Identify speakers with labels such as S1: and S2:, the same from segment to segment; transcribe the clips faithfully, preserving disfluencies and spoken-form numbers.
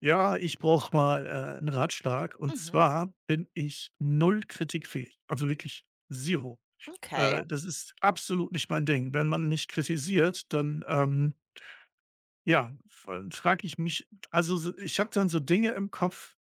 S1: Ja, ich brauche mal, äh, 'n Ratschlag. Und
S2: Mhm,
S1: zwar bin ich null kritikfähig, also wirklich zero.
S2: okay.
S1: Äh, das ist absolut nicht mein Ding. Wenn man nicht kritisiert, dann, ähm, ja, frage ich mich, also so, ich habe dann so Dinge im Kopf: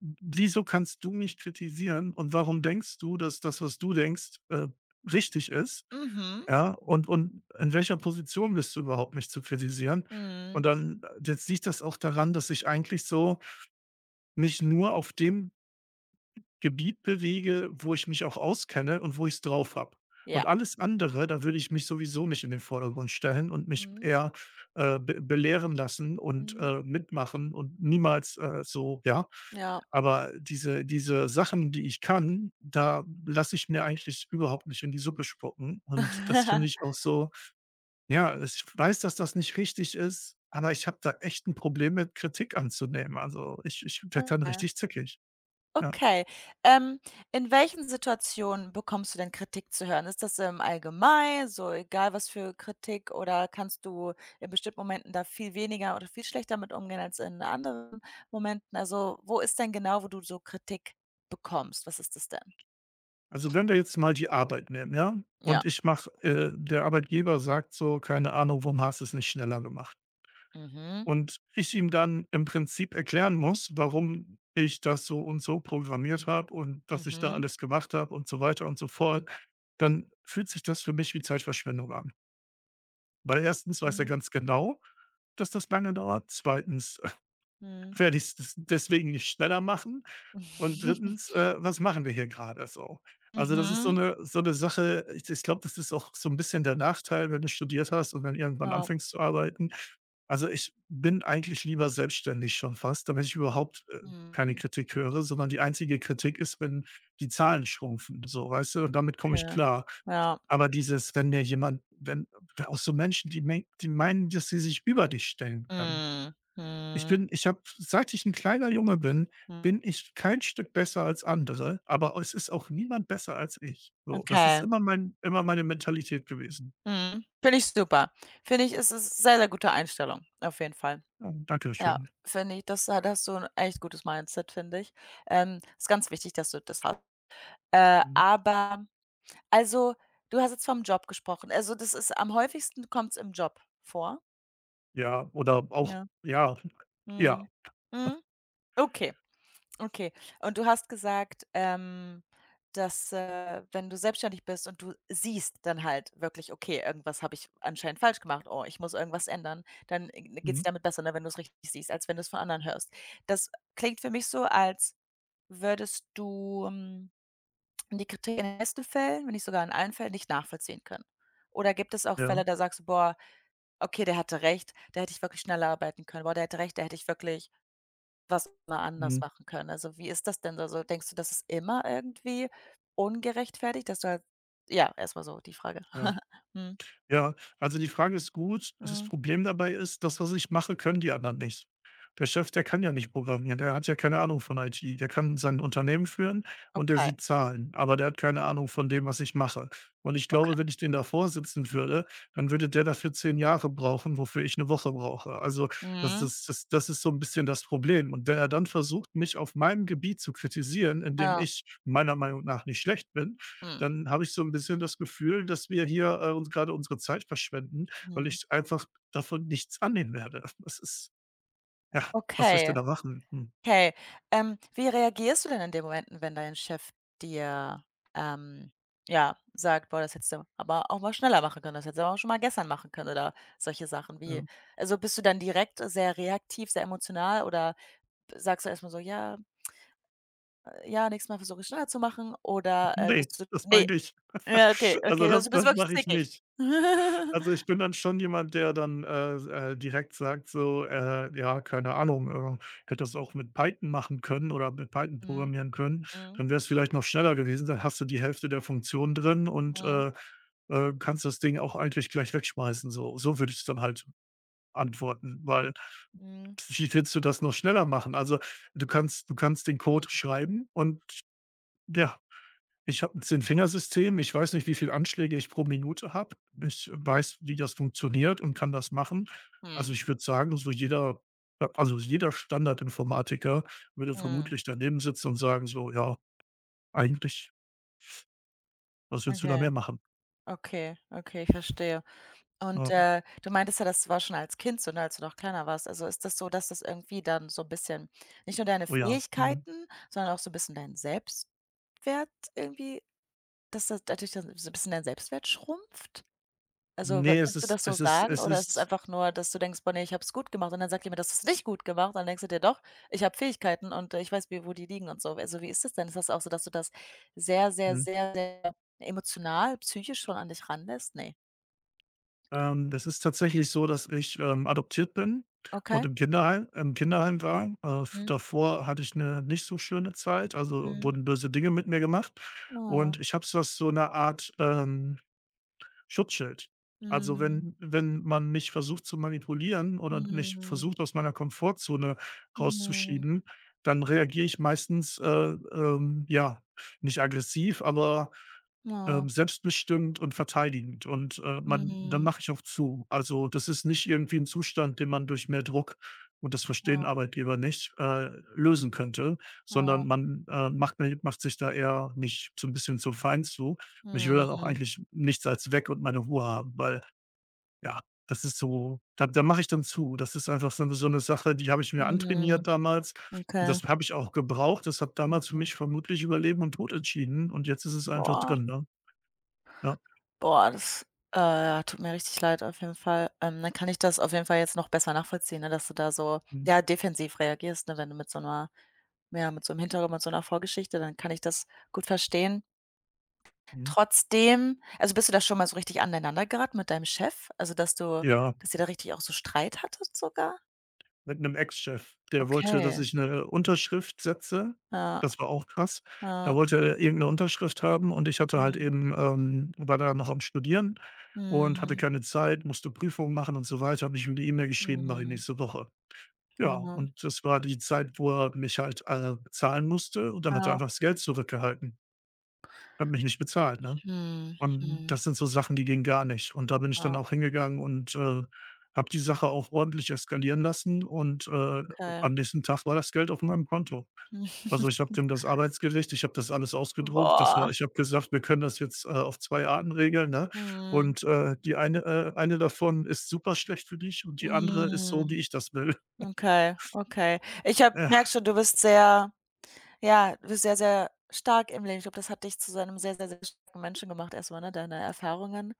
S1: „Wieso kannst du mich kritisieren und warum denkst du, dass das, was du denkst, äh, richtig ist?"
S2: Mhm.
S1: Ja, und und in welcher Position bist du überhaupt, mich zu kritisieren?
S2: Mhm.
S1: Und dann, äh, jetzt liegt das auch daran, dass ich eigentlich so mich nur auf dem Gebiet bewege, wo ich mich auch auskenne und wo ich es drauf habe. Und
S2: Ja.
S1: alles andere, da würde ich mich sowieso nicht in den Vordergrund stellen und mich
S2: Mhm.
S1: eher, äh, be belehren lassen und,
S2: Mhm.
S1: äh, mitmachen und niemals, äh, so, ja.
S2: Ja.
S1: Aber diese diese Sachen, die ich kann, da lasse ich mir eigentlich überhaupt nicht in die Suppe spucken. Und das finde ich auch so, ja, ich weiß, dass das nicht richtig ist, aber ich habe da echt ein Problem mit, Kritik anzunehmen. Also, ich ich werde dann
S2: Okay.
S1: richtig zickig. Ja.
S2: Okay. Ähm, in welchen Situationen bekommst du denn Kritik zu hören? Ist das im Allgemeinen, so egal was für Kritik, oder kannst du in bestimmten Momenten da viel weniger oder viel schlechter mit umgehen als in anderen Momenten? Also, wo ist denn genau, wo du so Kritik bekommst? Was ist das denn?
S1: Also, wenn wir jetzt mal die Arbeit nehmen, ja?
S2: Ja.
S1: Und ich mache, äh, der Arbeitgeber sagt so: „Keine Ahnung, warum hast du es nicht schneller gemacht?"
S2: Mhm.
S1: Und ich ihm dann im Prinzip erklären muss, warum ich das so und so programmiert habe und was ich da
S2: Mhm.
S1: alles gemacht habe und so weiter und so fort, dann fühlt sich das für mich wie Zeitverschwendung an. Weil erstens weiß er
S2: Mhm.
S1: ganz genau, dass das lange dauert. Zweitens
S2: Mhm.
S1: werde ich's des deswegen nicht schneller machen und drittens, äh, was machen wir hier gerade so? Also, das ist so
S2: Mhm.
S1: eine so eine Sache, ich ich glaube, das ist auch so ein bisschen der Nachteil, wenn du studiert hast und dann irgendwann
S2: Ja.
S1: anfängst zu arbeiten. Also, ich bin eigentlich lieber selbstständig schon fast, damit ich überhaupt, äh, keine
S2: Mhm.
S1: Kritik höre, sondern die einzige Kritik ist, wenn die Zahlen schrumpfen, so, weißt du? Und damit komme ich
S2: Okay,
S1: klar.
S2: ja.
S1: Aber dieses, wenn mir jemand wenn auch so Menschen, die mein die meinen, dass sie sich über dich stellen können.
S2: Mhm.
S1: Ich
S2: Mhm.
S1: bin ich habe seit ich ein kleiner Junge bin, bin
S2: Mhm.
S1: ich kein Stück besser als andere, aber es ist auch niemand besser als ich. So, das ist
S2: Okay.
S1: immer mein immer meine Mentalität gewesen.
S2: Mhm. Finde ich super. Finde ich, ist es, ist sehr, sehr gute Einstellung, auf jeden Fall.
S1: Ja,
S2: Ja,
S1: dankeschön.
S2: finde ich, das ha da hast du 'n echt gutes Mindset, finde ich. Ähm, ist ganz wichtig, dass du das hast. Äh,
S1: Mhm.
S2: aber also, du hast jetzt vom Job gesprochen. Also, das ist am häufigsten, kommt's im Job vor?
S1: Ja, oder auch,
S2: Ja.
S1: ja, ja.
S2: Mhm. Mhm. Okay. Okay. Und du hast gesagt, ähm, dass, äh, wenn du selbstständig bist und du siehst dann halt wirklich: „Okay, irgendwas habe ich anscheinend falsch gemacht. Oh, ich muss irgendwas ändern“, dann g geht's
S1: Mhm.
S2: damit besser, ne, wenn du es richtig siehst, als wenn du es von anderen hörst. Das klingt für mich so, als würdest du, hm, die Kritik in den meisten Fällen, wenn nicht sogar in allen Fällen, nicht nachvollziehen können. Oder gibt es auch Fälle,
S1: Ja.
S2: da sagst du: „Boah, okay, der hatte recht, da hätte ich wirklich schneller arbeiten können. Boah, der hatte recht, da hätte ich wirklich“ was man anders
S1: Mhm.
S2: machen können. Also, wie ist das denn da so? Denkst du, das ist immer irgendwie ungerechtfertigt, dass du halt, ja, erst mal so die Frage.
S1: Ja.
S2: Mhm,
S1: Ja, also die Frage ist gut. Das
S2: mhm,
S1: Problem dabei ist, das, was ich mache, können die anderen nicht. Der Chef, der kann ja nicht programmieren, der hat ja keine Ahnung von I T. Der kann sein Unternehmen führen und der
S2: okay,
S1: sieht Zahlen, aber der hat keine Ahnung von dem, was ich mache. Und ich
S2: okay.
S1: glaube, wenn ich den davor sitzen würde, dann würde der dafür zehn Jahre brauchen, wofür ich eine Woche brauche. Also, das
S2: Mhm,
S1: das das das ist so ein bisschen das Problem. Und wenn er dann versucht, mich auf meinem Gebiet zu kritisieren, in dem
S2: ja,
S1: ich meiner Meinung nach nicht schlecht bin,
S2: mhm,
S1: dann habe ich so ein bisschen das Gefühl, dass wir hier, äh, uns gerade unsere Zeit verschwenden, weil
S2: mhm.
S1: ich einfach davon nichts annehmen werde. Das ist, ja, was soll ich denn
S2: Okay,
S1: da machen? Hm,
S2: okay. Ähm, wie reagierst du denn in den Momenten, wenn dein Chef dir, ähm, ja, sagt: „Boah, das hättest du aber auch mal schneller machen können, das hättest du aber auch schon mal gestern machen können“ oder solche Sachen? Wie
S1: ja.
S2: also, bist du dann direkt sehr reaktiv, sehr emotional, oder sagst du erst mal so: „Ja, ja, nächstes Mal versuche ich schneller zu machen, oder, äh,
S1: Ne,
S2: bist du
S1: das
S2: ne,
S1: meine ich.
S2: ja, okay, okay,
S1: Also, das
S2: also, du bist
S1: das
S2: wirklich
S1: mache ich
S2: zickig.
S1: nicht. Also, ich bin dann schon jemand, der dann, äh, äh, direkt sagt so, äh, ja, keine Ahnung, äh, hätte das auch mit Python machen können oder mit Python
S2: Mhm,
S1: programmieren können,
S2: mhm,
S1: dann wäre es vielleicht noch schneller gewesen. Dann hast du die Hälfte der Funktion drin und,
S2: mhm,
S1: äh, äh, kannst das Ding auch eigentlich gleich wegschmeißen so. So würde ich es dann halt antworten, weil,
S2: mhm,
S1: wie willst du das noch schneller machen? Also, du kannst du kannst den Code
S2: mhm,
S1: schreiben und, ja. Ich habe ein zehn fingersystem. Ich weiß nicht, wie viel Anschläge ich pro Minute habe. Ich weiß, wie das funktioniert und kann das machen. Also,
S2: mhm,
S1: ich würde sagen, so jeder, äh, also, jeder Standardinformatiker würde
S2: mhm.
S1: vermutlich daneben sitzen und sagen so: „Ja, eigentlich, was willst du da
S2: Okay,
S1: mehr machen?"
S2: okay, okay, ich verstehe. Und,
S1: Ja,
S2: äh, du meintest ja, das war schon als Kind so, ne, als du noch kleiner warst. Also, ist das so, dass das irgendwie dann so 'n bisschen nicht nur deine
S1: oh ja, mhm.
S2: Fähigkeiten, sondern auch so 'n bisschen deinen Selbstwert irgendwie, dass das dadurch dann so 'n bisschen dein Selbstwert schrumpft? Also, wa
S1: Ne, es
S2: kannst du
S1: ist
S2: das so
S1: es ist
S2: sagen,
S1: es
S2: oder ist es
S1: ist,
S2: einfach nur, dass du denkst: „Boah, ne, ich habe es gut gemacht“ und dann sagt jemand: das ist nicht gut gemacht.“ Dann denkst du dir: „Doch, ich habe Fähigkeiten und, äh, ich weiß, wie wo die liegen und so.“ Also, wie ist das denn? Ist das auch so, dass du das sehr, sehr,
S1: mhm.
S2: sehr, sehr emotional, psychisch schon an dich ranlässt? Ne.
S1: Ähm, das ist tatsächlich so, dass ich, ähm, adoptiert bin und
S2: Okay.
S1: im Kinderheim im Kinderheim war. Äh, f
S2: Mhm.
S1: Davor hatte ich eine nicht so schöne Zeit, also
S2: Mhm.
S1: wurden böse Dinge mit mir gemacht
S2: Oh.
S1: und ich habe so was, so 'ne Art, ähm Schutzschild. Also,
S2: Mhm.
S1: wenn wenn man mich versucht zu manipulieren oder mich
S2: Mhm.
S1: versucht, aus meiner Komfortzone
S2: Mhm.
S1: rauszuschieben, dann reagiere ich meistens, äh, ähm, ja, nicht aggressiv, aber,
S2: Oh.
S1: ähm, selbstbestimmt und verteidigend und, äh, man dann
S2: Mhm.
S1: mache ich auch zu. Also, das ist nicht irgendwie ein Zustand, den man durch mehr Druck, und das verstehen
S2: Oh.
S1: Arbeitgeber nicht, äh, lösen könnte, sondern
S2: Oh.
S1: man, äh, macht macht sich da eher nicht so ein bisschen zu fein zu. Ich will dann auch
S2: Mhm.
S1: eigentlich nichts als weg und meine Ruhe haben, weil, ja, das ist so, da da mache ich dann zu. Das ist einfach so 'ne so 'ne Sache, die habe ich mir
S2: Mhm.
S1: antrainiert damals. Und
S2: Okay.
S1: das habe ich auch gebraucht. Das hat damals für
S2: Mhm.
S1: mich vermutlich über Leben und Tod entschieden und jetzt ist es einfach
S2: Boah.
S1: drin, ne? Ja.
S2: Boah, das, äh, tut mir richtig leid auf jeden Fall. Ähm, dann kann ich das auf jeden Fall jetzt noch besser nachvollziehen, ne, dass du da so,
S1: Mhm.
S2: ja, defensiv reagierst, ne, wenn du mit so einer, ja, mit so einem Hintergrund, mit so einer Vorgeschichte, dann kann ich das gut verstehen.
S1: Mhm.
S2: Trotzdem also, bist du da schon mal so richtig aneinander geraten mit deinem Chef? Also, dass du,
S1: Ja.
S2: dass ihr da richtig auch so Streit hattet sogar?
S1: Mit einem Ex-Chef. Der wollte, dass
S2: Okay.
S1: ich eine Unterschrift setze.
S2: Ja,
S1: Das war auch krass. Da
S2: ja.
S1: wollte er irgendeine Unterschrift haben und ich hatte halt
S2: Mhm.
S1: eben, ähm, war da noch am Studieren und hatte
S2: Mhm.
S1: keine Zeit, musste Prüfungen machen und so weiter, habe ich ihm 'ne E-Mail geschrieben: „Mache ich
S2: Mhm.
S1: nächste Woche." Ja,
S2: Ja,
S1: und das war die Zeit, wo er mich halt, äh, bezahlen musste und dann hat er
S2: ja.
S1: einfach das Geld zurückgehalten. Hat mich nicht bezahlt, ne?
S2: Mhm.
S1: Und
S2: Mhm.
S1: das sind so Sachen, die gehen gar nicht. Und da bin ich dann
S2: Ja,
S1: auch hingegangen und, äh, habe die Sache auch ordentlich eskalieren lassen und, äh,
S2: okay.
S1: am nächsten Tag war das Geld auf meinem Konto. Also, ich habe dem das Arbeitsgericht, ich habe das alles ausgedruckt. Das war,
S2: Boah.
S1: ich habe gesagt: „Wir können das jetzt, äh, auf zwei Arten regeln, ne?
S2: Mhm.
S1: Und, äh, die eine, äh, eine davon ist super schlecht für dich und die andere ist so, wie
S2: Mhm.
S1: ich das will."
S2: Okay, okay. Ich habe,
S1: Ja,
S2: merke schon, du bist sehr, ja, du bist sehr, sehr stark im Leben. Ich glaube, das hat dich zu so einem sehr, sehr, sehr starken Menschen gemacht erst mal, ne, deine Erfahrungen.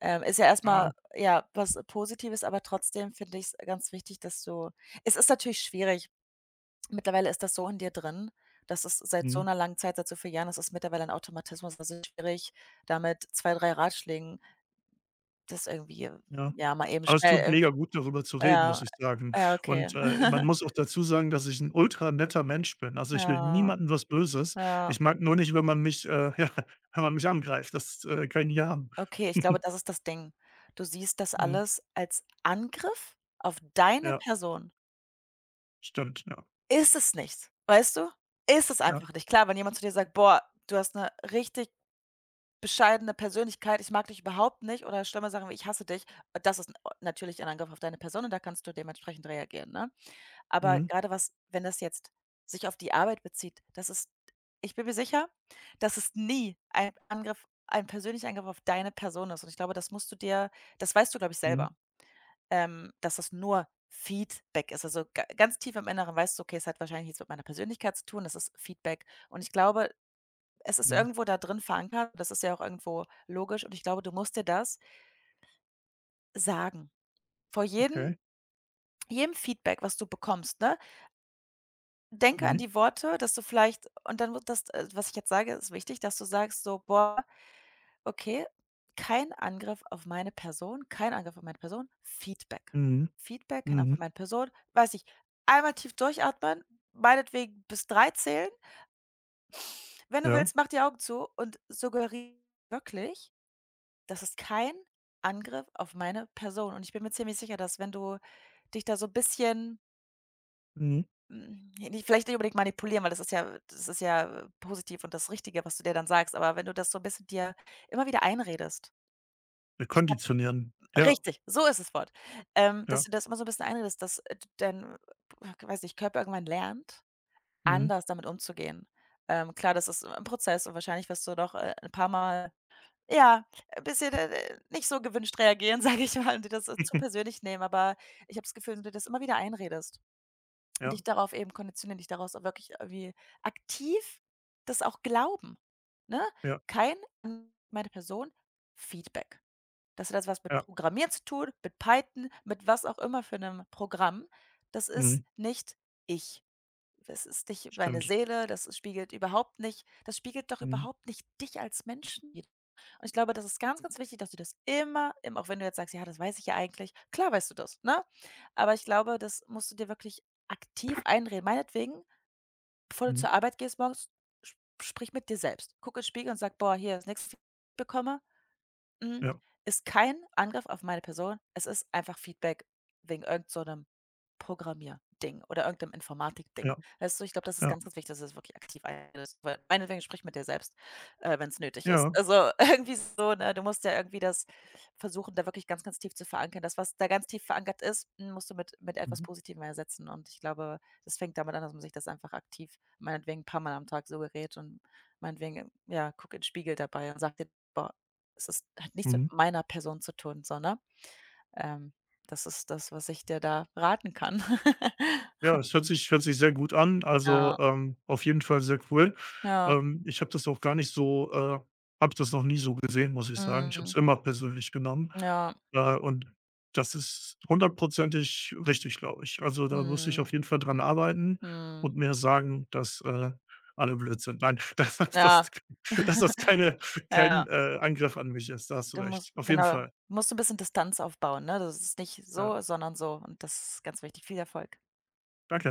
S2: Ähm, ist ja erst mal, ja, was Positives, aber trotzdem finde ich es ganz wichtig, dass du es ist natürlich schwierig. Mittlerweile ist das so in dir drin. Das ist seit so
S1: mhm,
S2: einer langen Zeit, seit so vielen Jahren, das ist mittlerweile ein Automatismus. Das ist schwierig, damit zwei, drei 3 Ratschlägen das irgendwie,
S1: ja.
S2: ja, mal eben
S1: Aber es
S2: schnell
S1: tut
S2: irgend,
S1: mega gut, darüber zu reden, muss
S2: ja,
S1: ich sagen.
S2: ja, okay.
S1: Und, äh, man muss auch dazu sagen, dass ich ein ultra netter Mensch bin. Also, ich will
S2: Ja,
S1: niemandem was Böses.
S2: ja.
S1: Ich mag nur nicht, wenn man mich, äh, ja, wenn man mich angreift. Das, äh, kann ich nicht haben.
S2: Okay, ich glaube, das ist das Ding. Du siehst das
S1: Mhm.
S2: alles als Angriff auf deine
S1: Ja,
S2: Person.
S1: stimmt, ja.
S2: Ist es nicht, weißt du? Ist es
S1: Ja.
S2: einfach nicht. Klar, wenn jemand zu dir sagt: „Boah, du hast eine richtig bescheidene Persönlichkeit, ich mag dich überhaupt nicht“ oder schlimme Sachen wie: „Ich hasse dich“, das ist natürlich ein Angriff auf deine Person, und da kannst du dementsprechend reagieren, ne? Aber
S1: Mhm.
S2: gerade was, wenn das jetzt sich auf die Arbeit bezieht, das ist, ich bin mir sicher, dass es nie ein Angriff, ein persönlicher Angriff auf deine Person ist, und ich glaube, das musst du dir, das weißt du, glaube ich,
S1: Mhm.
S2: selber, ähm, dass das nur Feedback ist. Also, ga ganz tief im Inneren weißt du: „Okay, es hat wahrscheinlich nichts mit meiner Persönlichkeit zu tun, das ist Feedback.“ Und ich glaube, es ist
S1: Mhm.
S2: irgendwo da drin verankert, das ist ja auch irgendwo logisch, und ich glaube, du musst dir das sagen. Vor jedem
S1: Okay.
S2: jedem Feedback, was du bekommst, ne? Denke an
S1: Mhm.
S2: die Worte, dass du vielleicht, und dann wird das, äh, was ich jetzt sage, ist wichtig, dass du sagst so: „Boah, okay, kein Angriff auf meine Person, kein Angriff auf meine Person, Feedback.
S1: Mhm.
S2: Feedback, kein Angriff auf
S1: Mhm.
S2: meine Person.“ Weiß ich. Einmal tief durchatmen, meinetwegen bis drei zählen. Wenn du
S1: Ja.
S2: willst, mach die Augen zu und suggeriere wirklich, das ist kein Angriff auf meine Person. Und ich bin mir ziemlich sicher, dass wenn du dich da so 'n bisschen,
S1: Mhm.
S2: Hm, ja, nicht vielleicht, nicht unbedingt manipulieren, weil das ist ja, das ist ja, äh, positiv und das Richtige, was du dir dann sagst, aber wenn du das so ein bisschen dir immer wieder einredest.
S1: Wir
S2: Ich habe
S1: konditionieren. Ja.
S2: richtig, so ist das Wort. Ähm, dass
S1: Ja.
S2: du das immer so ein bisschen einredest, dass, äh, d dein, äh, weiß nicht, Körper irgendwann lernt,
S1: Mhm.
S2: anders damit umzugehen. Ähm, klar, das ist ein Prozess, und wahrscheinlich wirst du noch, äh, 'n paar Mal, ja, ein bisschen, äh, nicht so gewünscht reagieren, sage ich mal, und dir das, äh, zu persönlich nehmen, aber ich habe das Gefühl, wenn du dir das immer wieder einredest,
S1: Ja.
S2: dich darauf eben konditionieren, dich daraus auch wirklich irgendwie aktiv das auch glauben, ne?
S1: Ja.
S2: Kein an meine Person, Feedback. Das hat jetzt was mit
S1: Ja.
S2: Programmieren zu tun, mit Python, mit was auch immer für einem Programm. Das ist
S1: Mhm.
S2: nicht ich. Das ist nicht meine
S1: Stimmt.
S2: Seele, das spiegelt überhaupt nicht, das spiegelt doch
S1: Mhm.
S2: überhaupt nicht dich als Menschen, und ich glaube, das ist ganz, ganz wichtig, dass du das immer im, auch wenn du jetzt sagst: „Ja, das weiß ich ja eigentlich.“ Klar weißt du das, ne? Aber ich glaube, das musst du dir wirklich aktiv einreden. Meinetwegen, bevor du
S1: Mhm.
S2: zur Arbeit gehst morgens, sp sprich mit dir selbst. Guck in Spiegel und sag: „Boah, hier, das nächste, bekomme, hm,
S1: Ja.
S2: ist kein Angriff auf meine Person. Es ist einfach Feedback wegen irgend so 'nem Programmierding oder irgend Informatikding.
S1: Ja.
S2: Weißt du, ich glaube, das ist
S1: Ja.
S2: ganz, ganz wichtig, dass es wirklich aktiv ist. Weil meinetwegen sprich mit dir selbst, äh, wenn es nötig ist.
S1: Ja.
S2: Also, irgendwie so, ne? Du musst ja irgendwie das versuchen, da wirklich ganz, ganz tief zu verankern. Das, was da ganz tief verankert ist, hm, musst du mit mit etwas
S1: Mhm.
S2: Positivem ersetzen. Und ich glaube, das fängt damit an, dass man sich das einfach aktiv meinetwegen ein paar Mal am Tag so gerät und, meinetwegen, ja, guck in den Spiegel dabei und sag dir: „Boah, es ist, hat nichts mit
S1: Mhm.
S2: meiner Person zu tun, sondern, ähm, das ist das, was ich dir da raten kann.
S1: Ja, es hört sich hört sich sehr gut an.
S2: Ja,
S1: Also, ähm, auf jeden Fall sehr cool.
S2: ja,
S1: Ähm, ich habe das auch gar nicht so, äh, habe das noch nie so gesehen, muss ich sagen. Ich habe es
S2: mhm,
S1: immer persönlich genommen.
S2: ja,
S1: Äh, und das ist hundertprozentig richtig, glaube ich. Also, da muss ich
S2: mhm,
S1: auf jeden Fall dran arbeiten
S2: mhm.
S1: und mir sagen, dass, äh, alle blöd sind. Nein, dass das dass
S2: Ja,
S1: das dass das keine, kein,
S2: ja.
S1: äh, Angriff an mich ist. Da hast du
S2: Du
S1: recht.
S2: musst,
S1: Auf jeden
S2: genau,
S1: Fall.
S2: musst 'n bisschen Distanz aufbauen, ne? Das ist nicht
S1: Ja,
S2: so, sondern so, und das ist ganz wichtig. Viel Erfolg.
S1: danke.